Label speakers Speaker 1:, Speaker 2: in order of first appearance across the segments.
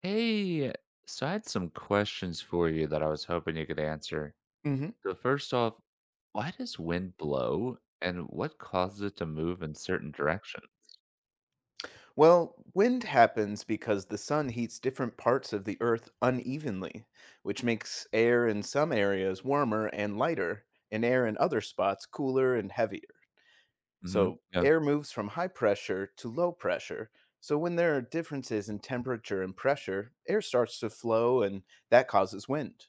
Speaker 1: Hey, so I had some questions for you that I was hoping you could answer.
Speaker 2: hmm
Speaker 1: So first off, why does wind blow and what causes it to move in certain direction?
Speaker 2: Well, wind happens because the sun heats different parts of the earth unevenly, which makes air in some areas warmer and lighter, and air in other spots cooler and heavier.
Speaker 1: Hmm.
Speaker 2: So,
Speaker 1: Yeah.
Speaker 2: air moves from high pressure to low pressure. So, when there are differences in temperature and pressure, air starts to flow, and that causes wind.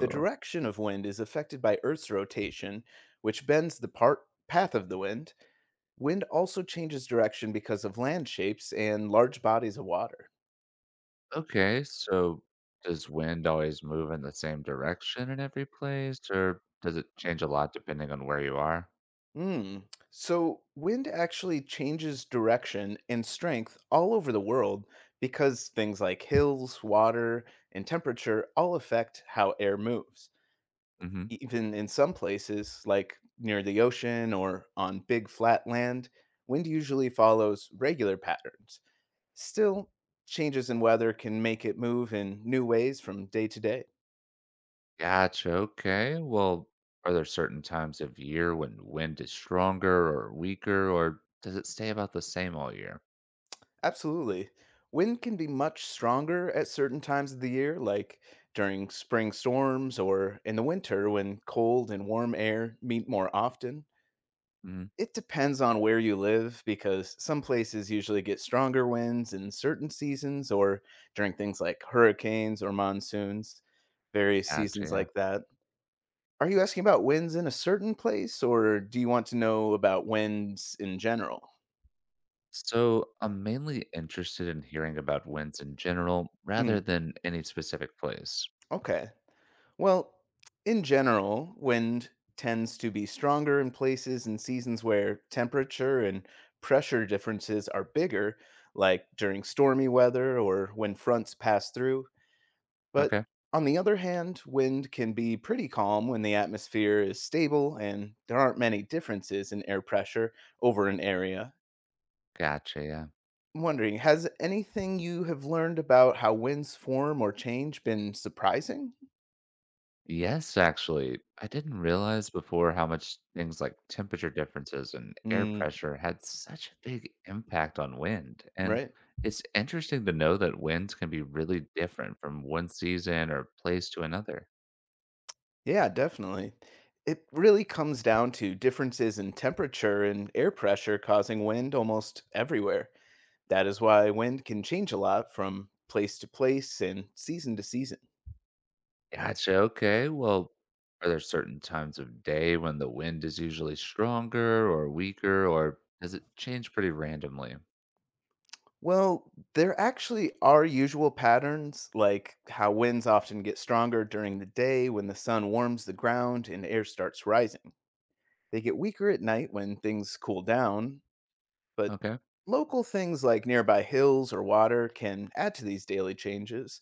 Speaker 2: The direction of wind is affected by Earth's rotation, which bends the path of the wind. Wind also changes direction because of land shapes and large bodies of water.
Speaker 1: Okay, so does wind always move in the same direction in every place, or does it change a lot depending on where you are?
Speaker 2: Mm. So, wind actually changes direction and strength all over the world because things like hills, water, and temperature all affect how air moves.
Speaker 1: Hmm.
Speaker 2: Even in some places, like near the ocean or on big flat land, wind usually follows regular patterns. Still, changes in weather can make it move in new ways from day to day.
Speaker 1: Gotcha. Okay. Well, are there certain times of year when wind is stronger or weaker, or does it stay about the same all year?
Speaker 2: Absolutely. Wind can be much stronger at certain times of the year, like during spring storms or in the winter when cold and warm air meet more often. It depends on where you live because some places usually get stronger winds in certain seasons or during things like hurricanes or monsoons, various
Speaker 1: Gotcha.
Speaker 2: seasons
Speaker 1: Yeah.
Speaker 2: like that. Are you asking about wins in a certain place, or do you want to know about wins in general?
Speaker 1: So I'm mainly interested in hearing about wins in general rather
Speaker 2: Mm,
Speaker 1: than any specific place.
Speaker 2: okay. Well, in general, wind tends to be stronger in places and seasons where temperature and pressure differences are bigger, like during stormy weather or when fronts pass through. But
Speaker 1: Okay.
Speaker 2: on the other hand, wind can be pretty calm when the atmosphere is stable and there aren't many differences in air pressure over an area.
Speaker 1: Gotcha. Yeah.
Speaker 2: I'm wondering, has anything you have learned about how winds form or change been surprising?
Speaker 1: Yes, actually, I didn't realize before how much things like temperature differences and air
Speaker 2: Mm,
Speaker 1: pressure had such a big impact on wind. And
Speaker 2: right.
Speaker 1: it's interesting to know that winds can be really different from one season or place to another.
Speaker 2: Yeah, definitely. It really comes down to differences in temperature and air pressure causing wind almost everywhere. That is why wind can change a lot from place to place and season to season.
Speaker 1: Gotcha. Okay, well, are there certain times of day when the wind is usually stronger or weaker, or does it change pretty randomly?
Speaker 2: Well, there actually are usual patterns, like how winds often get stronger during the day when the sun warms the ground and air starts rising. They get weaker at night when things cool down, but
Speaker 1: Okay,
Speaker 2: local things like nearby hills or water can add to these daily changes.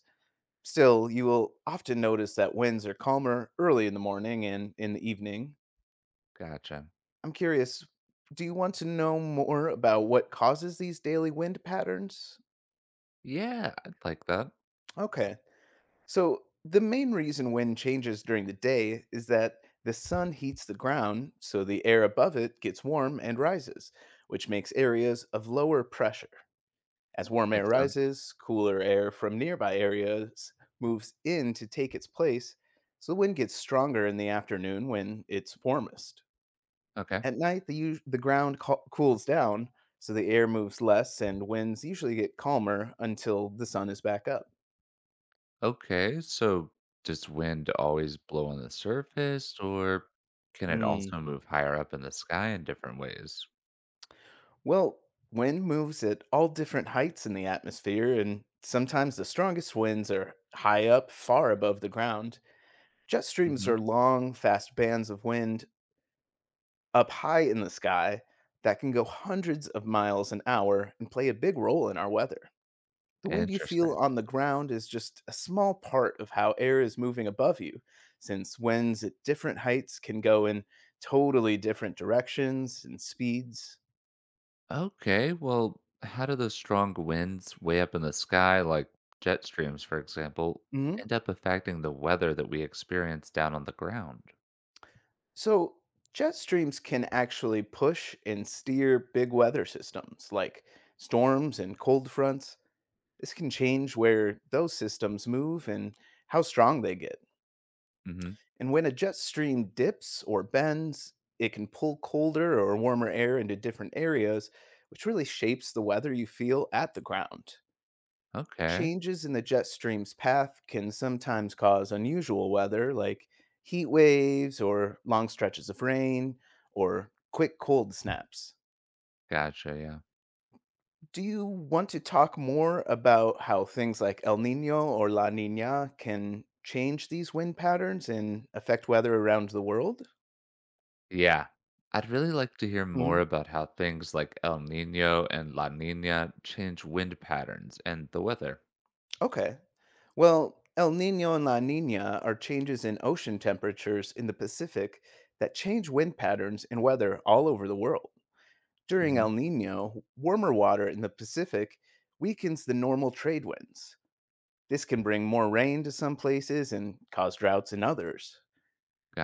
Speaker 2: Still, you will often notice that winds are calmer early in the morning and in the evening.
Speaker 1: gotcha.
Speaker 2: I'm curious, do you want to know more about what causes these daily wind patterns?
Speaker 1: Yeah, I'd like that.
Speaker 2: Okay. So, the main reason wind changes during the day is that the sun heats the ground, so the air above it gets warm and rises, which makes areas of lower pressure. As warm air
Speaker 1: Makes sense.
Speaker 2: rises, cooler air from nearby areas moves in to take its place, so the wind gets stronger in the afternoon when it's warmest.
Speaker 1: Okay.
Speaker 2: At night, the ground cools down, so the air moves less and winds usually get calmer until the sun is back up.
Speaker 1: Okay, so does wind always blow on the surface, or can it
Speaker 2: Mm.
Speaker 1: also move higher up in the sky in different ways?
Speaker 2: Well, wind moves at all different heights in the atmosphere, and sometimes the strongest winds are high up, far above the ground. Jet streams
Speaker 1: Mhm.
Speaker 2: are long, fast bands of wind up high in the sky that can go hundreds of miles an hour and play a big role in our weather. The wind you feel
Speaker 1: Interesting.
Speaker 2: on the ground is just a small part of how air is moving above you, since winds at different heights can go in totally different directions and speeds.
Speaker 1: Okay, well, how do those strong winds way up in the sky, like jet streams, for example,
Speaker 2: Mhm.
Speaker 1: end up affecting the weather that we experience down on the ground?
Speaker 2: So, jet streams can actually push and steer big weather systems like storms and cold fronts. This can change where those systems move and how strong they get.
Speaker 1: Hmm.
Speaker 2: And when a jet stream dips or bends, it can pull colder or warmer air into different areas, which really shapes the weather you feel at the ground.
Speaker 1: Okay,
Speaker 2: Changes in the jet stream's path can sometimes cause unusual weather, like heat waves or long stretches of rain or quick cold snaps.
Speaker 1: gotcha. Yeah.
Speaker 2: Do you want to talk more about how things like El Nino or La Nina can change these wind patterns and affect weather around the world?
Speaker 1: Yeah. I'd really like to hear more
Speaker 2: Mhm.
Speaker 1: about how things like El Nino and La Nina change wind patterns and the weather.
Speaker 2: Okay. Well, El Nino and La Nina are changes in ocean temperatures in the Pacific that change wind patterns and weather all over the world. During
Speaker 1: Hmm.
Speaker 2: El Nino, warmer water in the Pacific weakens the normal trade winds. This can bring more rain to some places and cause droughts in others.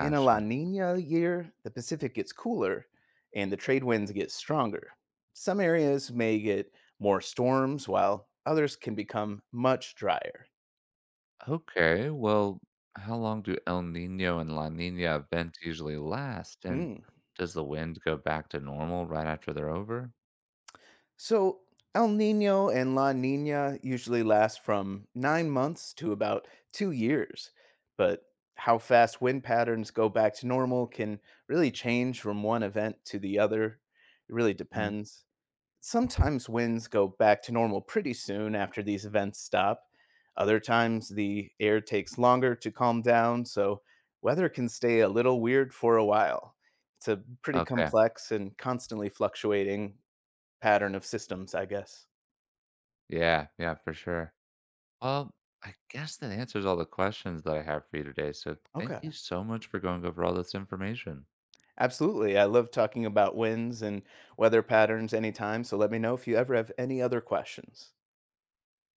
Speaker 2: In a La Nina year, the Pacific gets cooler and the trade winds get stronger. Some areas may get more storms, while others can become much drier.
Speaker 1: Okay, well, how long do El Nino and La Nina events usually last? And
Speaker 2: Hmm.
Speaker 1: does the wind go back to normal right after they're over?
Speaker 2: So El Nino and La Nina usually last from 9 months to about 2 years. But how fast wind patterns go back to normal can really change from one event to the other. It really
Speaker 1: Hmm.
Speaker 2: depends. Sometimes winds go back to normal pretty soon after these events stop. Other times the air takes longer to calm down, so weather can stay a little weird for a while. It's a pretty
Speaker 1: Okay,
Speaker 2: complex and constantly fluctuating pattern of systems, I guess.
Speaker 1: yeah, yeah, for sure. Well, I guess that answers all the questions that I have for you today. So thank
Speaker 2: Okay,
Speaker 1: you so much for going over all this information.
Speaker 2: absolutely. I love talking about winds and weather patterns anytime, so let me know if you ever have any other questions.